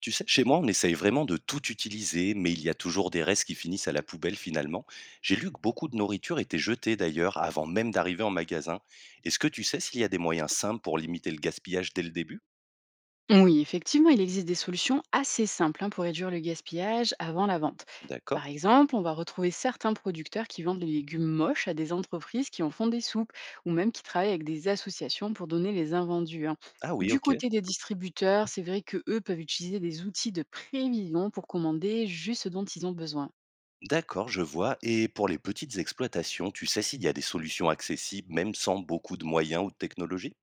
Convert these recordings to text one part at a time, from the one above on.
Tu sais, chez moi, on essaye vraiment de tout utiliser, mais il y a toujours des restes qui finissent à la poubelle finalement. J'ai lu que beaucoup de nourriture était jetée d'ailleurs avant même d'arriver en magasin. Est-ce que tu sais s'il y a des moyens simples pour limiter le gaspillage dès le début? Oui, effectivement, il existe des solutions assez simples, hein, pour réduire le gaspillage avant la vente. D'accord. Par exemple, on va retrouver certains producteurs qui vendent les légumes moches à des entreprises qui en font des soupes, ou même qui travaillent avec des associations pour donner les invendus, hein. Ah oui, Du ok. côté des distributeurs, c'est vrai que eux peuvent utiliser des outils de prévision pour commander juste ce dont ils ont besoin. D'accord, je vois. Et pour les petites exploitations, tu sais s'il y a des solutions accessibles, même sans beaucoup de moyens ou de technologie?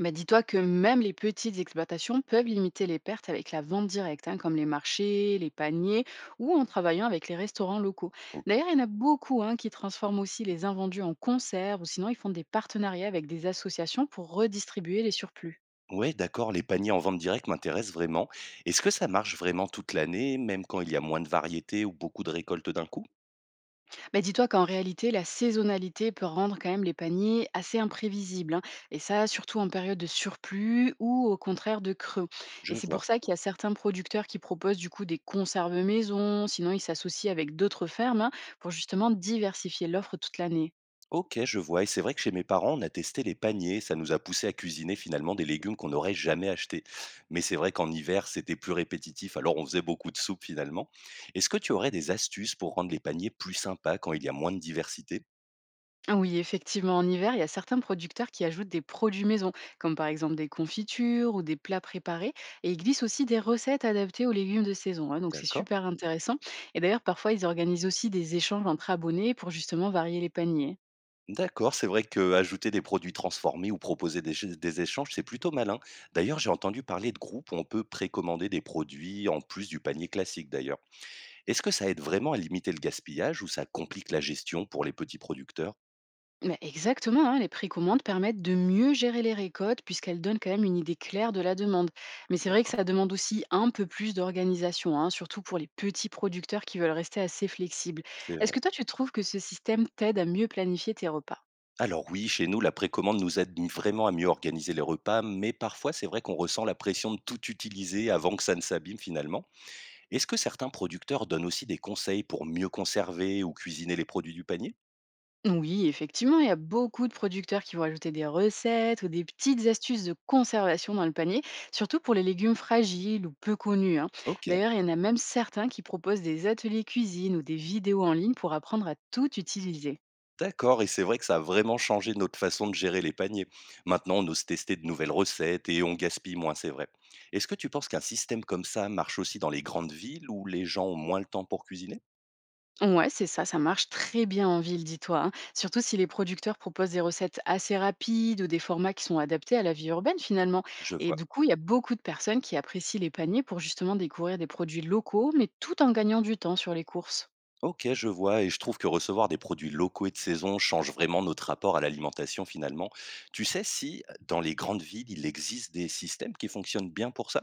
Bah, dis-toi que même les petites exploitations peuvent limiter les pertes avec la vente directe, hein, comme les marchés, les paniers, ou en travaillant avec les restaurants locaux. Ok. D'ailleurs, il y en a beaucoup, hein, qui transforment aussi les invendus en conserves, ou sinon ils font des partenariats avec des associations pour redistribuer les surplus. Ouais, d'accord, les paniers en vente directe m'intéressent vraiment. Est-ce que ça marche vraiment toute l'année, même quand il y a moins de variétés ou beaucoup de récoltes d'un coup? Bah, dis-toi qu'en réalité, la saisonnalité peut rendre quand même les paniers assez imprévisibles, hein, et ça, surtout en période de surplus ou au contraire de creux. Je Et c'est pour vois. ça qu'il y a certains producteurs qui proposent du coup des conserves maison, sinon ils s'associent avec d'autres fermes, hein, pour justement diversifier l'offre toute l'année. OK, je vois, et c'est vrai que chez mes parents, on a testé les paniers, ça nous a poussé à cuisiner finalement des légumes qu'on n'aurait jamais achetés. Mais c'est vrai qu'en hiver, c'était plus répétitif, alors on faisait beaucoup de soupe finalement. Est-ce que tu aurais des astuces pour rendre les paniers plus sympas quand il y a moins de diversité? Ah oui, effectivement, en hiver, il y a certains producteurs qui ajoutent des produits maison, comme par exemple des confitures ou des plats préparés, et ils glissent aussi des recettes adaptées aux légumes de saison, hein, donc c'est D'accord. super intéressant. Et d'ailleurs, parfois, ils organisent aussi des échanges entre abonnés pour justement varier les paniers. D'accord, c'est vrai que ajouter des produits transformés ou proposer des échanges, c'est plutôt malin. D'ailleurs, j'ai entendu parler de groupes où on peut précommander des produits en plus du panier classique d'ailleurs. Est-ce que ça aide vraiment à limiter le gaspillage ou ça complique la gestion pour les petits producteurs? Mais exactement, hein, les précommandes permettent de mieux gérer les récoltes puisqu'elles donnent quand même une idée claire de la demande. Mais c'est vrai que D'accord. ça demande aussi un peu plus d'organisation, hein, surtout pour les petits producteurs qui veulent rester assez flexibles. C'est Est-ce vrai. que toi, tu trouves que ce système t'aide à mieux planifier tes repas? Alors oui, chez nous, la précommande nous aide vraiment à mieux organiser les repas, mais parfois c'est vrai qu'on ressent la pression de tout utiliser avant que ça ne s'abîme finalement. Est-ce que certains producteurs donnent aussi des conseils pour mieux conserver ou cuisiner les produits du panier? Oui, effectivement, il y a beaucoup de producteurs qui vont ajouter des recettes ou des petites astuces de conservation dans le panier, surtout pour les légumes fragiles ou peu connus, hein. Ok, D'ailleurs, il y en a même certains qui proposent des ateliers cuisine ou des vidéos en ligne pour apprendre à tout utiliser. d'accord, et c'est vrai que ça a vraiment changé notre façon de gérer les paniers. Maintenant, on ose tester de nouvelles recettes et on gaspille moins, c'est vrai. Est-ce que tu penses qu'un système comme ça marche aussi dans les grandes villes où les gens ont moins le temps pour cuisiner? Ouais, c'est ça, ça marche très bien en ville, dis-toi, hein. Surtout si les producteurs proposent des recettes assez rapides ou des formats qui sont adaptés à la vie urbaine finalement. Je Et vois. du coup, il y a beaucoup de personnes qui apprécient les paniers pour justement découvrir des produits locaux, mais tout en gagnant du temps sur les courses. Ok, je vois, et je trouve que recevoir des produits locaux et de saison change vraiment notre rapport à l'alimentation finalement. Tu sais si dans les grandes villes, il existe des systèmes qui fonctionnent bien pour ça?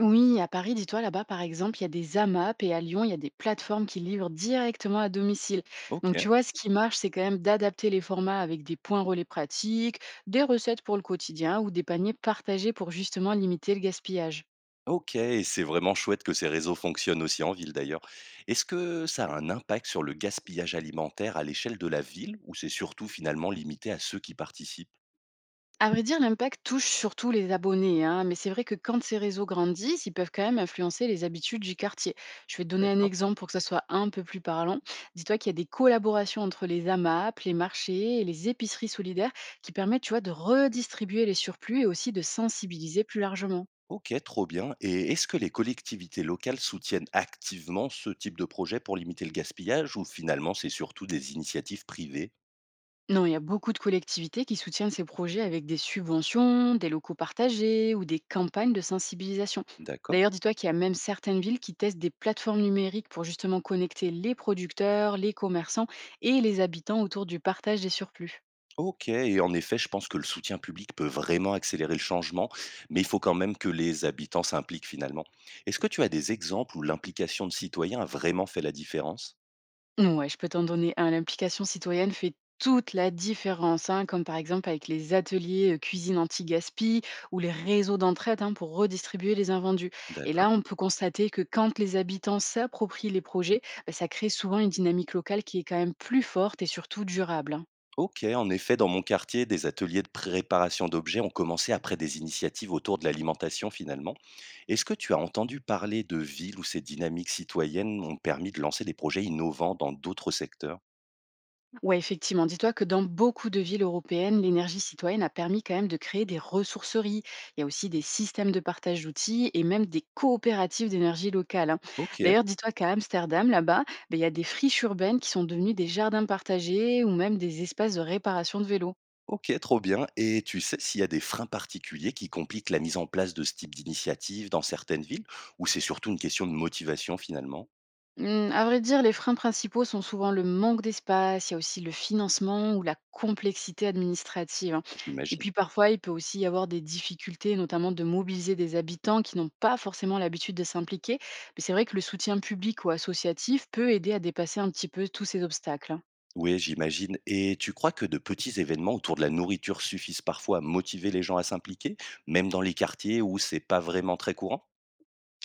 Oui, à Paris, dis-toi, là-bas, par exemple, il y a des AMAP, et à Lyon, il y a des plateformes qui livrent directement à domicile. Ok, Donc, tu vois, ce qui marche, c'est quand même d'adapter les formats avec des points relais pratiques, des recettes pour le quotidien ou des paniers partagés pour justement limiter le gaspillage. ok, et c'est vraiment chouette que ces réseaux fonctionnent aussi en ville d'ailleurs. Est-ce que ça a un impact sur le gaspillage alimentaire à l'échelle de la ville, ou c'est surtout finalement limité à ceux qui participent? À vrai dire, l'impact touche surtout les abonnés, hein, mais c'est vrai que quand ces réseaux grandissent, ils peuvent quand même influencer les habitudes du quartier. Je vais te donner un D'accord. exemple pour que ça soit un peu plus parlant. Dis-toi qu'il y a des collaborations entre les AMAP, les marchés et les épiceries solidaires qui permettent, tu vois, de redistribuer les surplus et aussi de sensibiliser plus largement. Ok, trop bien. Et est-ce que les collectivités locales soutiennent activement ce type de projet pour limiter le gaspillage, ou finalement c'est surtout des initiatives privées? Non, il y a beaucoup de collectivités qui soutiennent ces projets avec des subventions, des locaux partagés ou des campagnes de sensibilisation. D'accord. D'ailleurs, dis-toi qu'il y a même certaines villes qui testent des plateformes numériques pour justement connecter les producteurs, les commerçants et les habitants autour du partage des surplus. OK, et en effet, je pense que le soutien public peut vraiment accélérer le changement, mais il faut quand même que les habitants s'impliquent finalement. Est-ce que tu as des exemples où l'implication de citoyens a vraiment fait la différence? Ouais, je peux t'en donner un. L'implication citoyenne fait toute la différence, hein, comme par exemple avec les ateliers cuisine anti-gaspi ou les réseaux d'entraide, hein, pour redistribuer les invendus. Et D'accord. là, on peut constater que quand les habitants s'approprient les projets, bah, ça crée souvent une dynamique locale qui est quand même plus forte et surtout durable, hein. OK, en effet, dans mon quartier, des ateliers de préparation d'objets ont commencé après des initiatives autour de l'alimentation finalement. Est-ce que tu as entendu parler de villes où ces dynamiques citoyennes ont permis de lancer des projets innovants dans d'autres secteurs? Ouais, effectivement. Dis-toi que dans beaucoup de villes européennes, l'énergie citoyenne a permis quand même de créer des ressourceries. Il y a aussi des systèmes de partage d'outils et même des coopératives d'énergie locale, hein. OK. D'ailleurs, dis-toi qu'à Amsterdam, là-bas, ben, il y a des friches urbaines qui sont devenues des jardins partagés ou même des espaces de réparation de vélos. OK, trop bien. Et tu sais s'il y a des freins particuliers qui compliquent la mise en place de ce type d'initiative dans certaines villes, ou c'est surtout une question de motivation finalement? Mmh, à vrai dire, les freins principaux sont souvent le manque d'espace, il y a aussi le financement ou la complexité administrative, hein. Et J'imagine. puis parfois, il peut aussi y avoir des difficultés, notamment de mobiliser des habitants qui n'ont pas forcément l'habitude de s'impliquer. Mais c'est vrai que le soutien public ou associatif peut aider à dépasser un petit peu tous ces obstacles, hein. Oui, j'imagine. Et tu crois que de petits événements autour de la nourriture suffisent parfois à motiver les gens à s'impliquer, même dans les quartiers où c'est pas vraiment très courant?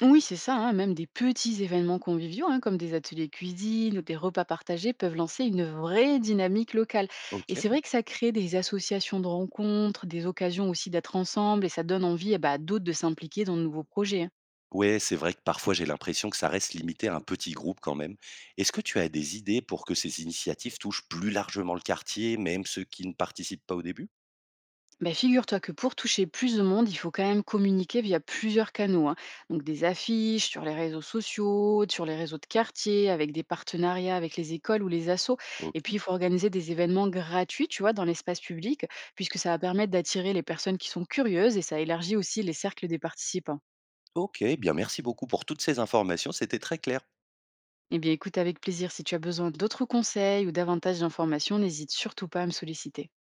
Oui, c'est ça, hein, même des petits événements conviviaux, hein, comme des ateliers cuisine ou des repas partagés, peuvent lancer une vraie dynamique locale. Et OK. c'est vrai que ça crée des associations de rencontres, des occasions aussi d'être ensemble, et ça donne envie, eh ben, à d'autres de s'impliquer dans de nouveaux projets, hein. Ouais, c'est vrai que parfois j'ai l'impression que ça reste limité à un petit groupe quand même. Est-ce que tu as des idées pour que ces initiatives touchent plus largement le quartier, même ceux qui ne participent pas au début? Bah, figure-toi que pour toucher plus de monde, il faut quand même communiquer via plusieurs canaux, hein. Donc des affiches sur les réseaux sociaux, sur les réseaux de quartier, avec des partenariats avec les écoles ou les assos. Et puis il faut organiser des événements gratuits, tu vois, dans l'espace public, puisque ça va permettre d'attirer les personnes qui sont curieuses et ça élargit aussi les cercles des participants. OK, bien, merci beaucoup pour toutes ces informations, c'était très clair. Eh bien écoute, avec plaisir, si tu as besoin d'autres conseils ou davantage d'informations, n'hésite surtout pas à me solliciter.